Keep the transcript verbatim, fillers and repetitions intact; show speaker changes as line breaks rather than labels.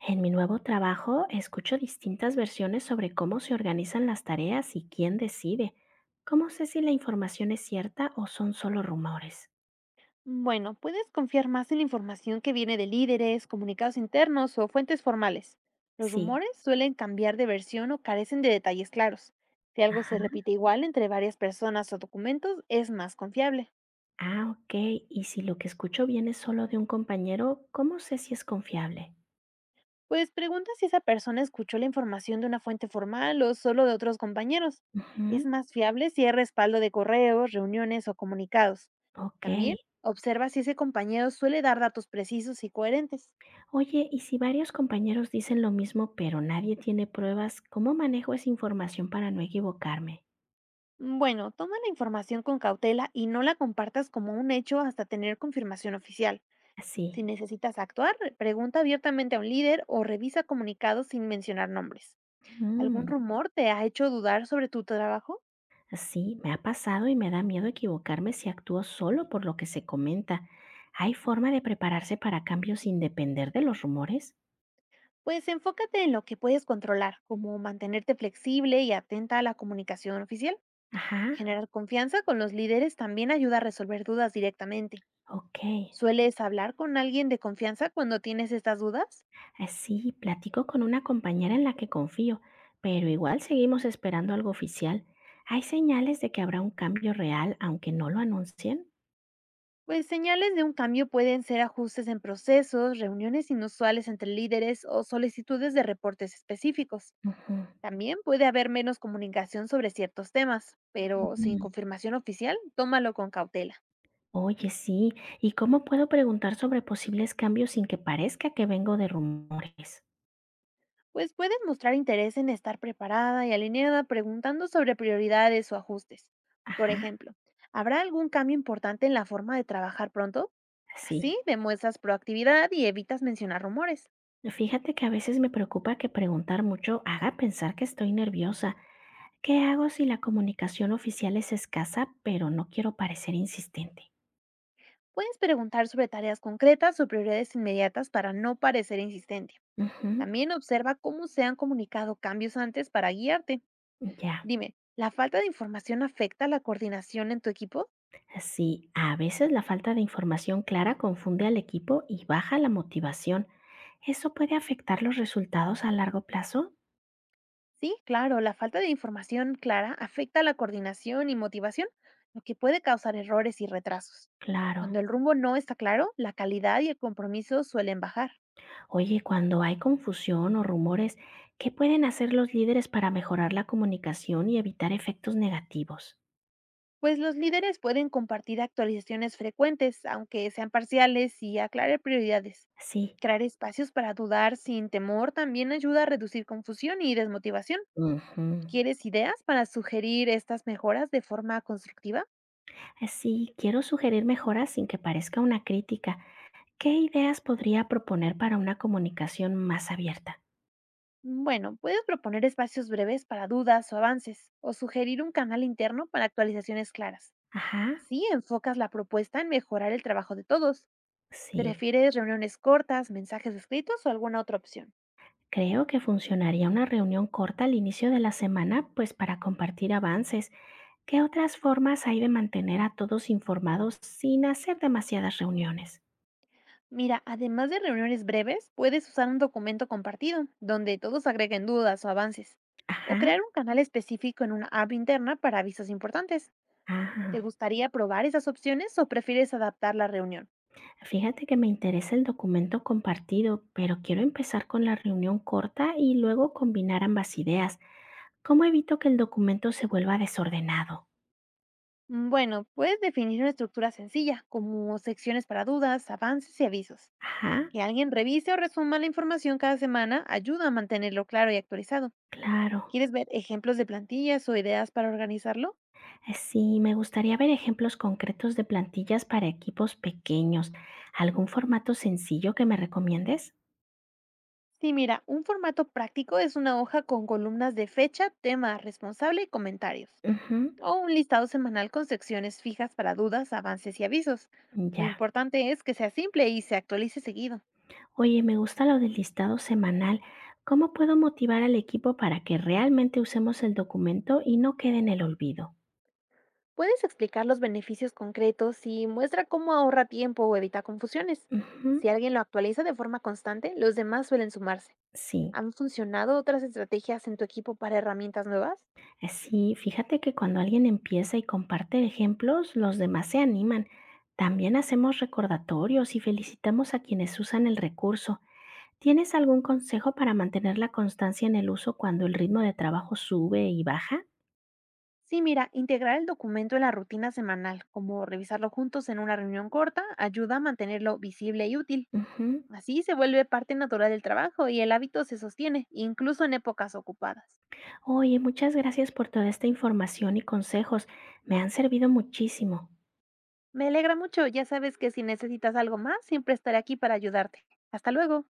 En mi nuevo trabajo escucho distintas versiones sobre cómo se organizan las tareas y quién decide. ¿Cómo sé si la información es cierta o son solo rumores?
Bueno, puedes confiar más en la información que viene de líderes, comunicados internos o fuentes formales. Los
Sí.
rumores suelen cambiar de versión o carecen de detalles claros. Si algo se
Ajá.
repite igual entre varias personas o documentos, es más confiable.
Ah, ok. Y si lo que escucho viene solo de un compañero, ¿cómo sé si es confiable?
Pues pregunta si esa persona escuchó la información de una fuente formal o solo de otros compañeros. Es
Ujú.
más fiable si hay respaldo de correos, reuniones o comunicados.
Ok.
También observa si ese compañero suele dar datos precisos y coherentes.
Oye, ¿y si varios compañeros dicen lo mismo pero nadie tiene pruebas, cómo manejo esa información para no equivocarme?
Bueno, toma la información con cautela y no la compartas como un hecho hasta tener confirmación oficial.
Así.
Si necesitas actuar, pregunta abiertamente a un líder o revisa comunicados sin mencionar nombres. ¿Algún rumor te ha hecho dudar sobre tu trabajo?
Sí, me ha pasado y me da miedo equivocarme si actúo solo por lo que se comenta. ¿Hay forma de prepararse para cambios sin depender de los rumores?
Pues enfócate en lo que puedes controlar, como mantenerte flexible y atenta a la comunicación oficial.
Ajá,
Generar confianza con los líderes también ayuda a resolver dudas directamente.
ok.
¿Sueles hablar con alguien de confianza cuando tienes estas dudas?
Eh, Sí, platico con una compañera en la que confío, pero igual seguimos esperando algo oficial. ¿Hay señales de que habrá un cambio real aunque no lo anuncien?
Pues señales de un cambio pueden ser ajustes en procesos, reuniones inusuales entre líderes o solicitudes de reportes específicos.
Ujú.
También puede haber menos comunicación sobre ciertos temas, pero sin
Mm.
confirmación oficial, tómalo con cautela.
Oye, sí. ¿Y cómo puedo preguntar sobre posibles cambios sin que parezca que vengo de rumores?
Pues puedes mostrar interés en estar preparada y alineada preguntando sobre prioridades o ajustes. Por
Ajá,
ejemplo, ¿habrá algún cambio importante en la forma de trabajar pronto?
sí.
Así demuestras proactividad y evitas mencionar rumores.
Fíjate que a veces me preocupa que preguntar mucho haga pensar que estoy nerviosa. ¿Qué hago si la comunicación oficial es escasa, pero no quiero parecer insistente?
Puedes preguntar sobre tareas concretas o prioridades inmediatas para no parecer insistente.
Ujú,
También observa cómo se han comunicado cambios antes para guiarte.
ya.
Dime, ¿la falta de información afecta la coordinación en tu equipo?
Sí, a veces la falta de información clara confunde al equipo y baja la motivación. ¿Eso puede afectar los resultados a largo plazo?
Sí, claro, la falta de información clara afecta la coordinación y motivación, lo que puede causar errores y retrasos.
Claro.
Cuando el rumbo no está claro, la calidad y el compromiso suelen bajar.
Oye, cuando hay confusión o rumores, ¿qué pueden hacer los líderes para mejorar la comunicación y evitar efectos negativos?
Pues los líderes pueden compartir actualizaciones frecuentes, aunque sean parciales, y aclarar prioridades.
Sí.
Crear espacios para dudar sin temor también ayuda a reducir confusión y desmotivación.
Ujú.
¿Quieres ideas para sugerir estas mejoras de forma constructiva?
Así, quiero sugerir mejoras sin que parezca una crítica. ¿Qué ideas podría proponer para una comunicación más abierta?
Bueno, puedes proponer espacios breves para dudas o avances, o sugerir un canal interno para actualizaciones claras.
Ajá,
Así enfocas la propuesta en mejorar el trabajo de todos.
sí.
¿Prefieres reuniones cortas, mensajes escritos o alguna otra opción?
Creo que funcionaría una reunión corta al inicio de la semana, pues para compartir avances. ¿Qué otras formas hay de mantener a todos informados sin hacer demasiadas reuniones?
Mira, además de reuniones breves, puedes usar un documento compartido, donde todos agreguen dudas o avances, o
Ajá,
crear un canal específico en una app interna para avisos importantes. ¿Te
ajá.
gustaría probar esas opciones o prefieres adaptar la reunión?
Fíjate que me interesa el documento compartido, pero quiero empezar con la reunión corta y luego combinar ambas ideas. ¿Cómo evito que el documento se vuelva desordenado?
Mm, Bueno, puedes definir una estructura sencilla, como secciones para dudas, avances y avisos.
Ajá,
Que alguien revise o resuma la información cada semana ayuda a mantenerlo claro y actualizado.
claro.
¿Quieres ver ejemplos de plantillas o ideas para organizarlo?
Eh, Sí, me gustaría ver ejemplos concretos de plantillas para equipos pequeños. ¿Algún formato sencillo que me recomiendes?
Sí, mira, un formato práctico es una hoja con columnas de fecha, tema, responsable y comentarios,
Ujú,
o un listado semanal con secciones fijas para dudas, avances y avisos. Lo
ya.
importante es que sea simple y se actualice seguido.
Oye, me gusta lo del listado semanal. ¿Cómo puedo motivar al equipo para que realmente usemos el documento y no quede en el olvido?
Puedes explicar los beneficios concretos y muestra cómo ahorra tiempo o evita confusiones.
Ujú,
Si alguien lo actualiza de forma constante, los demás suelen sumarse.
sí.
¿Han funcionado otras estrategias en tu equipo para herramientas nuevas?
Sí, fíjate que cuando alguien empieza y comparte ejemplos, los demás se animan. También hacemos recordatorios y felicitamos a quienes usan el recurso. ¿Tienes algún consejo para mantener la constancia en el uso cuando el ritmo de trabajo sube y baja?
Sí, mira, integrar el documento en la rutina semanal, como revisarlo juntos en una reunión corta, ayuda a mantenerlo visible y útil.
Ujú.
Así se vuelve parte natural del trabajo y el hábito se sostiene, incluso en épocas ocupadas.
Oye, muchas gracias por toda esta información y consejos. Me han servido muchísimo.
Me alegra mucho, ya sabes que si necesitas algo más, siempre estaré aquí para ayudarte. Hasta luego.